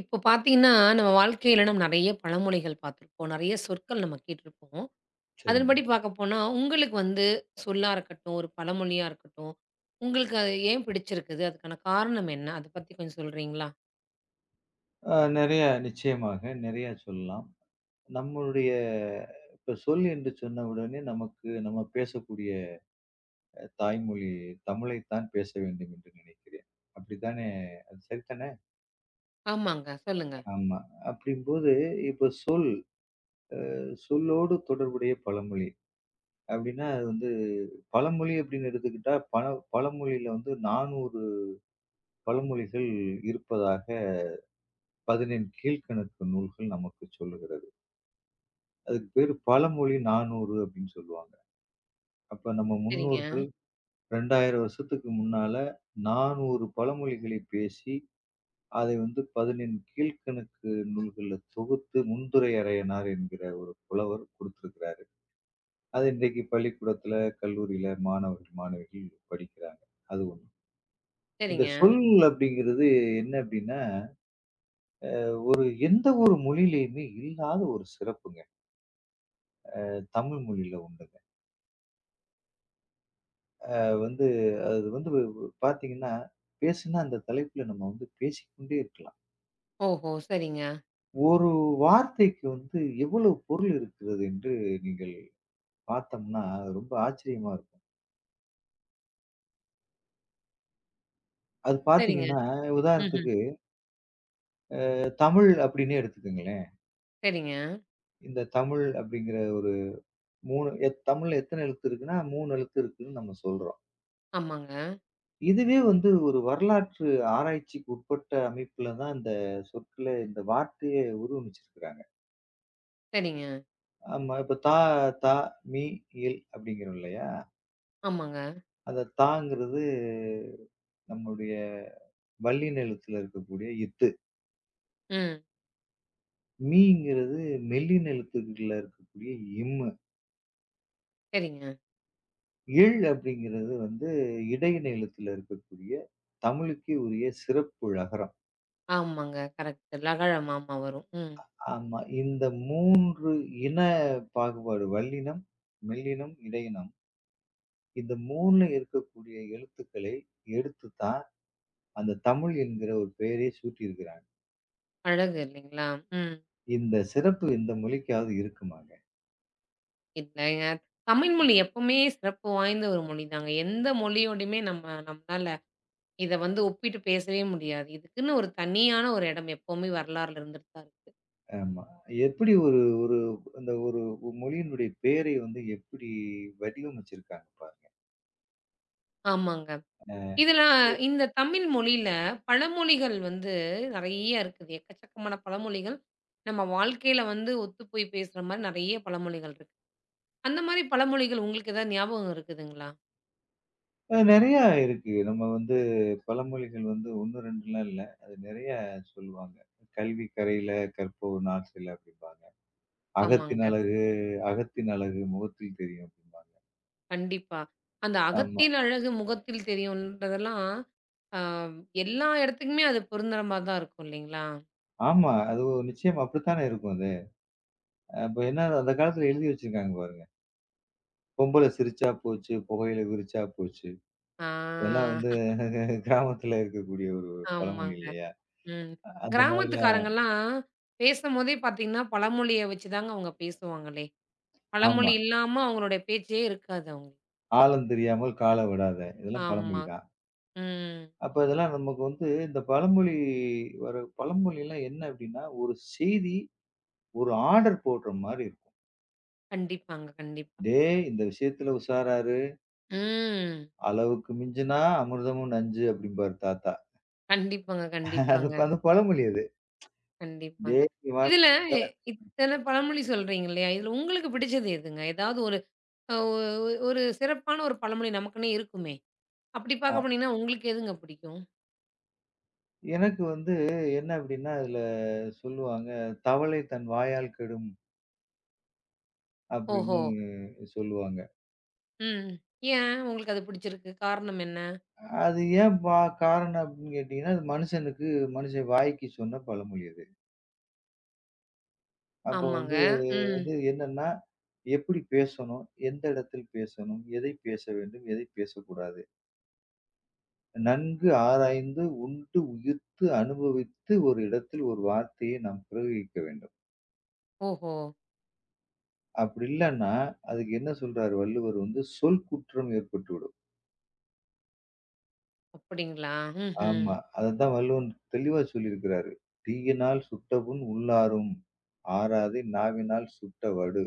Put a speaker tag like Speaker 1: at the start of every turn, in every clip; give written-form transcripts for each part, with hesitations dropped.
Speaker 1: இப்போ பார்த்தீங்கன்னா, நம்ம வாழ்க்கையில நம்ம நெறைய பழமொழிகள் பார்த்துருப்போம். நெறைய சொற்கள் நம்ம கேட்டுருப்போம்.
Speaker 2: சரிங்க.
Speaker 1: அதன்படி பார்க்க போனா, உங்களுக்கு வந்து சொல்லா இருக்கட்டும், ஒரு பழமொழியா இருக்கட்டும், உங்களுக்கு அது ஏன் பிடிச்சிருக்குது? அதுக்கான காரணம் என்ன? அத பத்தி கொஞ்சம் சொல்றீங்களா?
Speaker 2: நெறைய நிச்சயமாக நெறையா சொல்லலாம். நம்மளுடைய இப்ப சொல் என்று சொன்ன உடனே நமக்கு நம்ம பேசக்கூடிய தாய்மொழி தமிழைத்தான் பேச வேண்டும் என்று நினைக்கிறேன். அப்படித்தானே? அது சரிதானே?
Speaker 1: ஆமாங்க. சொல்லுங்க.
Speaker 2: ஆமா. அப்படிங்கும்போது இப்ப சொல் சொல்லோடு தொடர்புடைய பழமொழி. அப்படின்னா அது வந்து பழமொழி அப்படின்னு எடுத்துக்கிட்டா, பழமொழியில வந்து 400 பழமொழிகள் இருப்பதாக 17 கீழ்க்கணக்கு நூல்கள் நமக்கு சொல்லுகிறது. அதுக்கு பேரு பழமொழி 400 அப்படின்னு சொல்லுவாங்க. அப்ப நம்ம
Speaker 1: சரிங்க,
Speaker 2: முன்னோர்கள் 2000 வருஷத்துக்கு முன்னால 400 பழமொழிகளை பேசி, அதை வந்து 11 கீழ்க்கணக்கு நூல்கள்ல தொகுத்து முந்துரை அறையினார் என்கிற ஒரு புலவர் கொடுத்திருக்கிறாரு. அது இன்றைக்கு பள்ளிக்கூடத்துல, கல்லூரியில மாணவர்கள், மாணவிகள் படிக்கிறாங்க. அது ஒண்ணு. இந்த
Speaker 1: சரிங்க.
Speaker 2: சொல் அப்படிங்கிறது என்ன அப்படின்னா, எந்த ஒரு மொழியிலயுமே இல்லாத ஒரு சிறப்புங்க. தமிழ் மொழியில உண்டுங்க. அது வந்து அது வந்து வ் வ் பாத்தீங்கன்னா, பேசுனா அந்த தலைப்புல நம்ம வந்து பேசிக்கொண்டே இருக்கலாம்.
Speaker 1: ஓஹோ! சரிங்க,
Speaker 2: ஒரு வார்த்தைக்கு வந்து எவ்வளவு பொருள் இருக்கிறது என்று நீங்கள் பார்த்தோம்னா, அது ரொம்ப ஆச்சரியமா இருக்கும். அது
Speaker 1: சரிங்க.
Speaker 2: பார்த்தீங்கன்னா,
Speaker 1: ம்ஹ்ம்.
Speaker 2: உதாரணத்துக்கு தமிழ் அப்டின்னே எடுத்துக்கங்களேன்.
Speaker 1: சரிங்க.
Speaker 2: இந்த தமிழ் அப்டிங்கிற ஒரு 3 தமிழ்ல எத்தன எழுத்து இருக்குன்னா, 3 எழுத்து இருக்குன்னு நம்ம சொல்றோம்.
Speaker 1: ஆமாங்க.
Speaker 2: இதுவே வந்து ஒரு வரலாற்று ஆராய்ச்சிக்கு உட்பட்ட அமைப்புல தான் இந்த சொற்கள இந்த வார்த்தையே உருவமைச்சிருக்கிறாங்க.
Speaker 1: சரிங்க.
Speaker 2: ஆமா, இப்ப தா, மி, இல் அப்டிங்கிறோம் இல்லையா?
Speaker 1: ஆமாங்க.
Speaker 2: அந்த தாங்கிறது நம்மளுடைய வல்லின எழுத்துல இருக்கக்கூடிய இத்து.
Speaker 1: ம்.
Speaker 2: மீங்கிறது மெல்லின எழுத்துக்கள்ல இருக்கக்கூடிய இம்மு.
Speaker 1: சரிங்க.
Speaker 2: இழ் அப்படிங்கிறது வந்து இடையின எழுத்துல இருக்கக்கூடிய தமிழுக்கே உரிய சிறப்பு ழகரம்.
Speaker 1: ஆமாங்க. கரெக்ட். லகழம் ஆமா வரும். ம்.
Speaker 2: ஆமா. இந்த 3 இன பாகுபாடு வல்லினம், மெல்லினம், இடையினம். இந்த 3 இருக்கக்கூடிய எழுத்துக்களை எடுத்து தான் அந்த தமிழ் என்கிற ஒரு பெயரே சூட்டியிருக்கிறாங்க.
Speaker 1: அழகு இல்லைங்களா? ம்.
Speaker 2: இந்த சிறப்பு இந்த மொழிக்காவது இருக்குமாங்க?
Speaker 1: இல்லைங்க. தமிழ் மொழி எப்பவுமே சிறப்பு வாய்ந்த ஒரு மொழிதாங்க. எந்த மொழியோடையுமே நம்மளால இத வந்து ஒப்பிட்டு பேசவே முடியாது. இதுக்குன்னு ஒரு தனியான ஒரு இடம் எப்பவுமே வரலாறுல இருந்துட்டு தான் இருக்கு.
Speaker 2: ஆமா. எப்படி ஒரு ஒரு அந்த ஒரு மொழியினுடைய பெயரை வந்து எப்படி வடிவமைச்சிருக்காங்க பாருங்க.
Speaker 1: ஆமாங்க. இதுல இந்த தமிழ் மொழியில பழமொழிகள் வந்து நெறைய இருக்குது. எக்கச்சக்கமான பழமொழிகள். நம்ம வாழ்க்கையில வந்து ஒத்து போய் பேசுற மாரி நெறைய பழமொழிகள் இருக்கு. அந்த மாரி பழமொழிகள் உங்களுக்கு ஏதாவது ஞாபகம் இருக்குதுங்களா?
Speaker 2: அது நெறையா இருக்கு. நம்ம வந்து பழமொழிகள் வந்து 1, 2லாம் இல்ல. அது நெறையா சொல்லுவாங்க. "கல்வி கரையில கற்பவர் நாசில்" அப்படிம்பாங்க. "அகத்தின்
Speaker 1: ஆமாங்க.
Speaker 2: அழகு அகத்தின் அழகு முகத்தில் தெரியும்" அப்படிம்பாங்க.
Speaker 1: கண்டிப்பா. அந்த
Speaker 2: ஆமா.
Speaker 1: அகத்தின் அழகு முகத்தில் தெரியும்ன்றதெல்லாம், அ எல்லா இடத்துக்குமே அது பொருந்துற மாரி தான் இருக்கும் இல்லைங்களா?
Speaker 2: ஆமா. அது நிச்சயமா அப்படித்தானே இருக்கும் அது. அப்ப என்ன அந்த காலத்துல எழுதி வச்சிருக்காங்க பாருங்க. "பொம்பள சிரிச்சா போச்சு, புகையில விரிச்சா போச்சு."
Speaker 1: ஆ
Speaker 2: இதெல்லாம் வந்து கிராமத்துல இருக்கக்கூடிய ஒரு பழமொழி
Speaker 1: ஆமாங்க.
Speaker 2: இல்லையா?
Speaker 1: ம்.
Speaker 2: அந்த மாதிரிலாம்
Speaker 1: கிராமத்துக்காரங்கலாம் பேசும்போதே பார்த்தீங்கன்னா, பழமொழிய வச்சு தாங்க அவங்க பேசுவாங்களே!
Speaker 2: ஆமா.
Speaker 1: பழமொழி இல்லாம அவங்களுடைய பேச்சே இருக்காது அவங்களுக்கு.
Speaker 2: "ஆழம் தெரியாமல் கால விடாத." இதெல்லாம்
Speaker 1: ஆமா.
Speaker 2: பழமொழி தான்.
Speaker 1: ம்.
Speaker 2: அப்ப இதெல்லாம் நமக்கு வந்து இந்த பழமொழி வர பழமொழிலாம் என்ன அப்டின்னா, ஒரு செய்தி ஒரு ஆர்டர் போடுற மாரி இருக்கும்.
Speaker 1: கண்டிப்பாங்க, கண்டிப்பா.
Speaker 2: "டேய் இந்த விஷயத்துல உஷாரா இரு.
Speaker 1: ம்.
Speaker 2: அளவுக்கு மிஞ்சினா அமிர்தமும் நஞ்சு" அப்டிம்பாரு தாத்தா.
Speaker 1: கண்டிப்பாங்க,
Speaker 2: அது
Speaker 1: கண்டிப்பாங்க,
Speaker 2: அந்த பழமொழி அது.
Speaker 1: கண்டிப்பாங்க.
Speaker 2: "டேய் நீ பாட்டுக்கு"
Speaker 1: இதுல இத்தன பழமொழி சொல்றீங்க இல்லையா? இதுல உங்களுக்கு பிடிச்சது எதுங்க? ஏதாவது ஒரு அ ஒ ஒரு சிறப்பான ஒரு பழமொழி நமக்குன்னே இருக்குமே! அப்படி
Speaker 2: ஆ
Speaker 1: பார்க்க போனீங்கன்னா, உங்களுக்கு எதுங்க பிடிக்கும்?
Speaker 2: எனக்கு வந்து என்ன அப்டின்னா, அதுல சொல்லுவாங்க, "தவளை தன் வாயால் கெடும்"
Speaker 1: ஓஹோ!
Speaker 2: அப்டின்னு சொல்லுவாங்க.
Speaker 1: ம். ஏன் உங்களுக்கு அது பிடிச்சிருக்கு? காரணம் என்ன?
Speaker 2: அது ஏன் காரணம் அப்படின்னு கேட்டீங்கன்னா, அது மனுஷனுக்கு மனுஷன் வாய்க்கு சொன்ன பழமொழி அது. அப்ப
Speaker 1: ஆமாங்க.
Speaker 2: வந்து
Speaker 1: ம்.
Speaker 2: வந்து என்னன்னா, எப்படி பேசணும்? எந்த இடத்தில் பேசணும்? எதை பேச வேண்டும்? எதை பேசக்கூடாது? நன்கு ஆராய்ந்து, உண்டு உயிர்த்து அனுபவித்து ஒரு இடத்தில் ஒரு வார்த்தையை நாம் பிரயோகிக்க வேண்டும்.
Speaker 1: ஓஹோ!
Speaker 2: அப்படி இல்லன்னா, அதுக்கு என்ன சொல்றாரு வள்ளுவர் வந்து, "சொல் குற்றம் ஏற்பட்டுவிடும்."
Speaker 1: அப்படிங்களா? ம்ஹ்ம்.
Speaker 2: ஆமா. அதத்தான் வள்ளுவன் தெளிவா சொல்லியிருக்கிறாரு. "தீயினால் சுட்டபுண் உள்ளாறும். ஆறாதே நாவினால் சுட்ட வடு."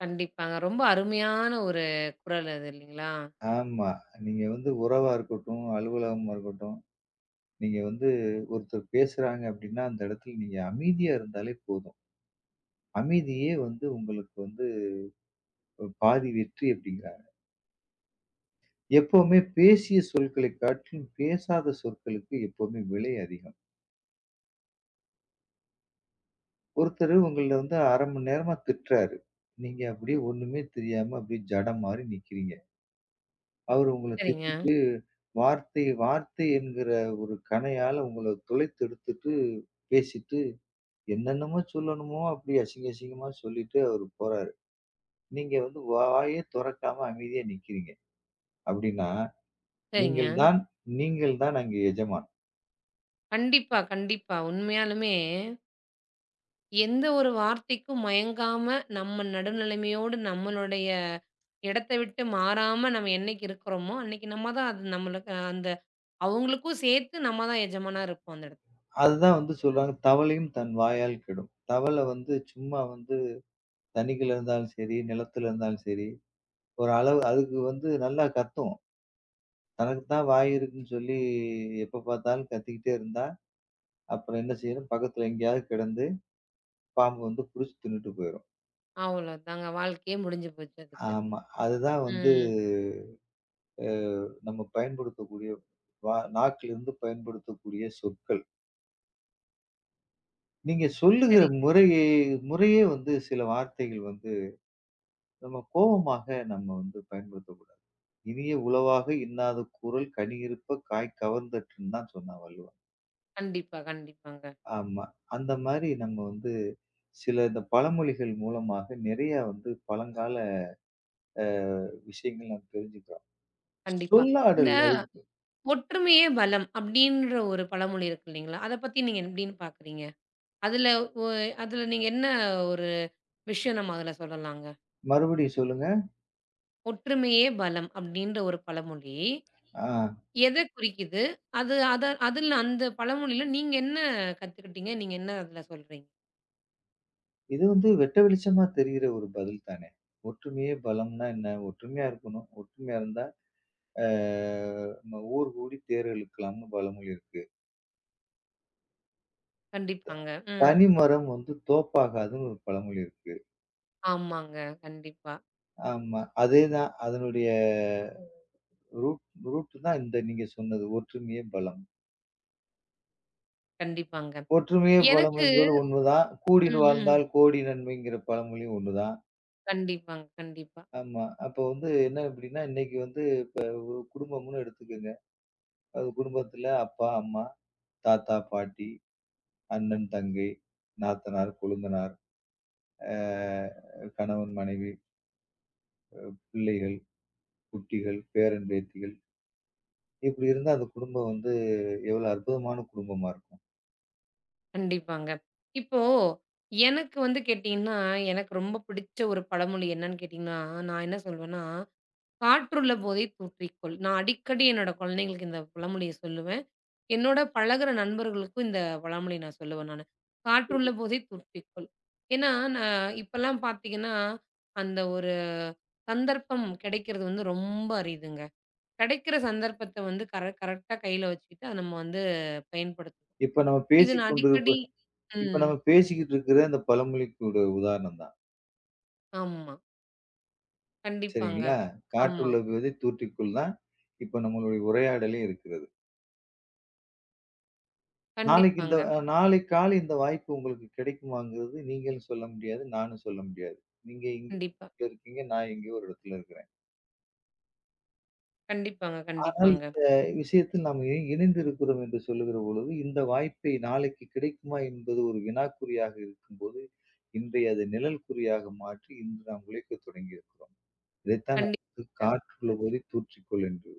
Speaker 1: கண்டிப்பாங்க. ரொம்ப அருமையான ஒரு குறள் அது இல்லைங்களா?
Speaker 2: ஆமா. நீங்க வந்து உறவா இருக்கட்டும், அலுவலகமா இருக்கட்டும், நீங்க வந்து ஒருத்தர் பேசுறாங்க அப்படின்னா, அந்த இடத்துல நீங்க அமைதியா இருந்தாலே போதும். அமைதியே வந்து உங்களுக்கு வந்து பாதி வெற்றி அப்படிங்கிறாங்க. எப்பவுமே பேசிய சொற்களை காட்டிலும் பேசாத சொற்களுக்கு எப்பவுமே விலை அதிகம். ஒருத்தர் உங்கள வந்து அரை மணி நேரமா திட்டுறாரு. நீங்க அப்படியே ஒண்ணுமே தெரியாம அப்படியே ஜடம் மாரி நிக்கிறீங்க. அவரு உங்கள
Speaker 1: சரிங்க,
Speaker 2: திட்டிட்டு வார்த்தை வார்த்தை என்கிற ஒரு கணையால உங்கள துளைத்து எடுத்துட்டு பேசி என்னென்னமோ சொல்லணுமோ, அப்படி அசிங்கமா சொல்லிட்டு அவரு போறாரு. நீங்க வந்து வாயே தொறக்காம அமைதியா நிக்கிறீங்க. அப்படின்னா,
Speaker 1: சரிங்க.
Speaker 2: நீங்கள் தான் நீங்கள் தான் அங்கே எஜமான்.
Speaker 1: கண்டிப்பா, கண்டிப்பா. உண்மையாலுமே எந்த ஒரு வார்த்தைக்கும் மயங்காம, நம்ம நடுநிலைமையோடு நம்மளுடைய இடத்த விட்டு மாறாம நம்ம என்னைக்கு இருக்கிறோமோ, அன்னைக்கு நம்ம தான் அது நம்மளுக்கு அவங்களுக்கும் சேர்த்து நம்ம தான் எஜமானா இருப்போம் அந்த இடத்துல.
Speaker 2: அதுதான் வந்து சொல்றாங்க, "தவளையும் தன் வாயால் கெடும்." தவளை வந்து சும்மா வந்து தண்ணிக்குள்ள இருந்தாலும் சரி, நிலத்துல இருந்தாலும் சரி, ஒரு அளவு அதுக்கு வந்து நல்லா கத்தும். தனக்கு தான் வாய் இருக்குன்னு சொல்லி எப்ப பார்த்தாலும் கத்திக்கிட்டே இருந்தா, அப்புறம் என்ன செய்யும்? பக்கத்துல எங்கேயாவது கிடந்து பாம்பு வந்து புடிச்சு தின்னுட்டு போயிரும்.
Speaker 1: அவ்வளோதாங்க. வாழ்க்கையே முடிஞ்சு போச்சு அதுக்கு.
Speaker 2: ஆமா. அதுதான் வந்து
Speaker 1: ம்.
Speaker 2: அ நம்ம பயன்படுத்தக்கூடிய நாக்கிலிருந்து பயன்படுத்தக்கூடிய சொற்கள். நீங்க சொல்லுகிற
Speaker 1: சரி.
Speaker 2: முறையே முறையே வந்து சில வார்த்தைகள் வந்து நம்ம கோவமாக நம்ம வந்து பயன்படுத்தக்கூடாது. "இனிய உளவாக இன்னாத கூறல் கனி இருப்ப காய் கவர்ந்தற்றுன்னு" தான் சொன்னா வள்ளுவன்.
Speaker 1: கண்டிப்பா, கண்டிப்பாங்க.
Speaker 2: ஆமா. அந்த மாரி நம்ம வந்து சில இந்த பழமொழிகள் மூலமாக நிறைய வந்து பழங்கால அ விஷயங்கள் நம்ம தெரிஞ்சுக்கிறோம்.
Speaker 1: கண்டிப்பா. இந்த
Speaker 2: சொல்லாடல் அது
Speaker 1: ஒற்றுமையே பலம் அப்படின்ற ஒரு பழமொழி இருக்கு இல்லைங்களா? அத பத்தி நீங்க எப்படின்னு பார்க்குறீங்க? அதுல ஒ அதுல நீங்க என்ன ஒரு விஷயம் நம்ம அதுல சொல்லலாங்க?
Speaker 2: மறுபடியும் சொல்லுங்க.
Speaker 1: ஒற்றுமையே பலம் அப்படின்ற ஒரு பழமொழி
Speaker 2: ஆ.
Speaker 1: எத குறிக்குது? அதுல அந்த பழமொழியில நீங்க என்ன கத்துக்கிட்டீங்க? நீங்க என்ன அதுல சொல்றீங்க?
Speaker 2: இது வந்து வெட்ட வெளிச்சமா தெரியிற ஒரு பதில் தானே! ஒற்றுமையே பலம்ன்னா என்ன? ஒற்றுமையா இருக்கணும். ஒற்றுமையா இருந்தா, அ நம்ம ஊர் கூடி தேர் இழுக்கலாம்ன்னு பழமொழி இருக்கு.
Speaker 1: கண்டிப்பாங்க. ம்.
Speaker 2: "தனி மரம் வந்து தோப்பாகாதுன்னு" ஒரு பழமொழி இருக்கு.
Speaker 1: ஆமாங்க. கண்டிப்பா.
Speaker 2: ஆமா. அதேதான். அதனுடைய ரூட் ரூட் தான் இந்த நீங்க சொன்னது. ஒற்றுமையே பலம்.
Speaker 1: கண்டிப்பாங்க.
Speaker 2: ஒற்றுமையே பலம்
Speaker 1: எனக்கு
Speaker 2: என்பது ஒண்ணுதான். "கூடி
Speaker 1: ம்ஹ்ம்.
Speaker 2: வாழ்ந்தால் கோடி நன்மைங்கிற" பழமொழியும் ஒண்ணுதான்.
Speaker 1: கண்டிப்பாங்க, கண்டிப்பா,
Speaker 2: ஆமா. அப்போ வந்து என்ன அப்படின்னா, இன்னைக்கு வந்து இப்ப ஒரு குடும்பம்ன்னு எடுத்துக்கங்க. அது குடும்பத்தில அப்பா, அம்மா தாத்தா, பாட்டி, அண்ணன், தங்கை, நாத்தனார், கொழுந்தனார், அ கணவன், மனைவி, பிள்ளைகள், குட்டிகள், பேரன், பேத்திகள் இப்படி இருந்தா அந்த குடும்பம் வந்து எவ்வளவு அற்புதமான குடும்பமா இருக்கும்.
Speaker 1: கண்டிப்பாங்க. இப்போ எனக்கு வந்து கேட்டீங்கன்னா, எனக்கு ரொம்ப பிடிச்ச ஒரு பழமொழி என்னன்னு கேட்டீங்கன்னா, நான் என்ன சொல்வேன்னா, "காற்றுள்ள போதை தூற்றிக்கொள்." நான் அடிக்கடி என்னோட குழந்தைங்களுக்கு இந்த பழமொழிய சொல்லுவேன். என்னோட பழகுற நண்பர்களுக்கும் இந்த பழமொழி நான் சொல்லுவேன் நானு. "காற்றுள்ள போதை தூற்றிக்கொள்." ஏன்னா, நான் இப்பலாம் பார்த்தீங்கன்னா, அந்த ஒரு சந்தர்ப்பம் கிடைக்கிறது வந்து ரொம்ப அரிதுங்க. கிடைக்கிற சந்தர்ப்பத்த வந்து கரெக்ட்டா கையில வச்சுக்கிட்டு, அத நம்ம வந்து பயன்படுத்தணும்.
Speaker 2: இப்ப நம்ம
Speaker 1: இது நான்
Speaker 2: பேசிக்கொண்டிருப்ப
Speaker 1: அடிக்கடி
Speaker 2: இப்ப
Speaker 1: ம்.
Speaker 2: நம்ம பேசிக்கிட்டு இருக்கிற இந்த பழமொழிக்கூட உதாரணம் தான்.
Speaker 1: ஆமா. கண்டிப்பாங்க.
Speaker 2: சரிங்களா?
Speaker 1: ஆமா.
Speaker 2: "காற்றுள்ள விதை தூற்றிக்குள்" தான் இப்ப நம்மளுடைய உரையாடலே இருக்கிறது. நாளைக்கு இந்த
Speaker 1: கண்டிப்பாங்க.
Speaker 2: நாளை காலை இந்த வாய்ப்பு உங்களுக்கு கிடைக்குமாங்கிறது நீங்களும் சொல்ல முடியாது, நானும் சொல்ல முடியாது. நீங்க இங்க
Speaker 1: கண்டிப்பா.
Speaker 2: இருக்கீங்க, நான் எங்கேயோ ஒரு இடத்துல இருக்கிறேன்.
Speaker 1: கண்டிப்பாங்க,
Speaker 2: ஆனால்
Speaker 1: கண்டிப்பாங்க.
Speaker 2: இந்த விஷயத்தில் நாம் இணைந்திருக்கிறோம் என்று சொல்லுகிற பொழுது, இந்த வாய்ப்பை நாளைக்கு கிடைக்குமா என்பது ஒரு வினாக்குறியாக இருக்கும்போது, இன்றைய அது நிழல் குறியாக மாற்றி இன்று நாம் உழைக்கத் தொடங்கியிருக்கிறோம். இதைத்தான் நமக்கு
Speaker 1: கண்டிப்பாங்க.
Speaker 2: "காற்றுள்ள
Speaker 1: கண்டிப்பா.
Speaker 2: போதே தூற்றிக்கொள்" என்று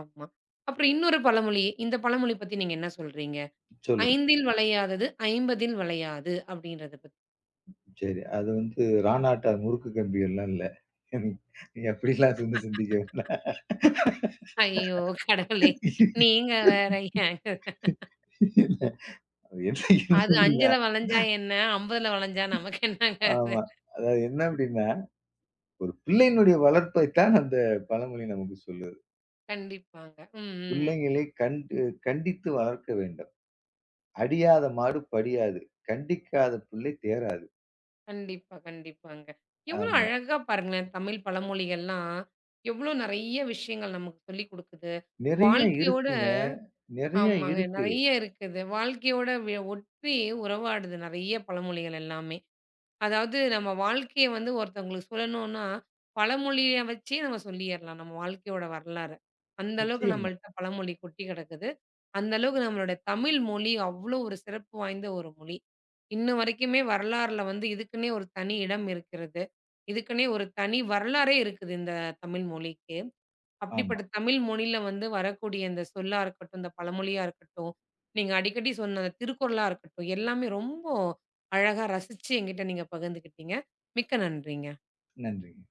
Speaker 1: ஆமா. அப்புறம் இன்னொரு பழமொழி. இந்த பழமொழி பத்தி நீங்க என்ன சொல்றீங்க?
Speaker 2: சொல்லுங்க.
Speaker 1: "ஐந்தில் வளையாதது, ஐம்பதில் வளையாது" அப்படின்றத பத்தி.
Speaker 2: சரி. அது வந்து ரானாட்டா முறுக்கு கம்பியெல்லாம் இல்ல. நீங்க அப்படிலாம் வந்து சிந்திக்க வேண்டாம்.
Speaker 1: ஐயோ கடவுளே!
Speaker 2: இல்ல.
Speaker 1: நீங்க
Speaker 2: அது
Speaker 1: வேற ஏங்க.
Speaker 2: என்ன என்ன
Speaker 1: அது
Speaker 2: அப்படின்னா
Speaker 1: 5ல வளைஞ்சா என்ன? 50ல வளைஞ்சா நமக்கு என்னங்க அது?
Speaker 2: ஆமா. அதாவது என்ன அப்படின்னா ஒரு பிள்ளையினுடைய வளர்ப்பைத்தான் அந்த பழமொழி நமக்கு சொல்லுது.
Speaker 1: கண்டிப்பாங்க. ம், ம்.
Speaker 2: பிள்ளைங்களை கண்டு கண்டித்து வளர்க்க வேண்டும். அடியாத மாடு படியாது. கண்டிக்காத பிள்ளை தேறாது.
Speaker 1: கண்டிப்பா, கண்டிப்பாங்க. எவ்வளோ
Speaker 2: ஆமா.
Speaker 1: அழகா பாருங்களேன், தமிழ் பழமொழிகள்லாம் எவ்வளோ நெறைய விஷயங்கள் நமக்கு சொல்லிக் குடுக்குது.
Speaker 2: நெறைய
Speaker 1: வாழ்க்கையோட
Speaker 2: இருக்குங்க. நெறைய
Speaker 1: ஆமாங்க.
Speaker 2: இருக்கு.
Speaker 1: நெறைய இருக்குது. வாழ்க்கையோட ஒட்டி உறவாடுது நெறைய பழமொழிகள் எல்லாமே. அதாவது நம்ம வாழ்க்கைய வந்து ஒருத்தவங்களுக்கு சொல்லணும்னா, பழமொழிய வச்சே நம்ம சொல்லிர்லாம். நம்ம வாழ்க்கையோட வரலாற. அந்த அளவுக்கு
Speaker 2: நிச்சயமா.
Speaker 1: நம்மள்ட்ட பழமொழி கொட்டி கிடக்குது. அந்த அளவுக்கு நம்மளோட தமிழ் மொழி அவ்ளோ ஒரு சிறப்பு வாய்ந்த ஒரு மொழி. இன்ன வரைக்குமே வரலாறுல வந்து இதுக்குன்னே ஒரு தனி இடம் இருக்கிறது. இதுக்குன்னே ஒரு தனி வரலாறே இருக்குது இந்த தமிழ் மொழிக்கு.
Speaker 2: ஆமா.
Speaker 1: அப்படிப்பட்ட தமிழ் மொழியில வந்து வரக்கூடிய இந்த சொல்லா இருக்கட்டும், இந்த பழமொழியா இருக்கட்டும், நீங்க அடிக்கடி சொன்ன அந்த திருக்குறளா இருக்கட்டும், எல்லாமே ரொம்ப அழகா ரசிச்சு என்கிட்ட நீங்க பகிர்ந்துக்கிட்டீங்க. மிக்க நன்றிங்க.
Speaker 2: நன்றிங்க.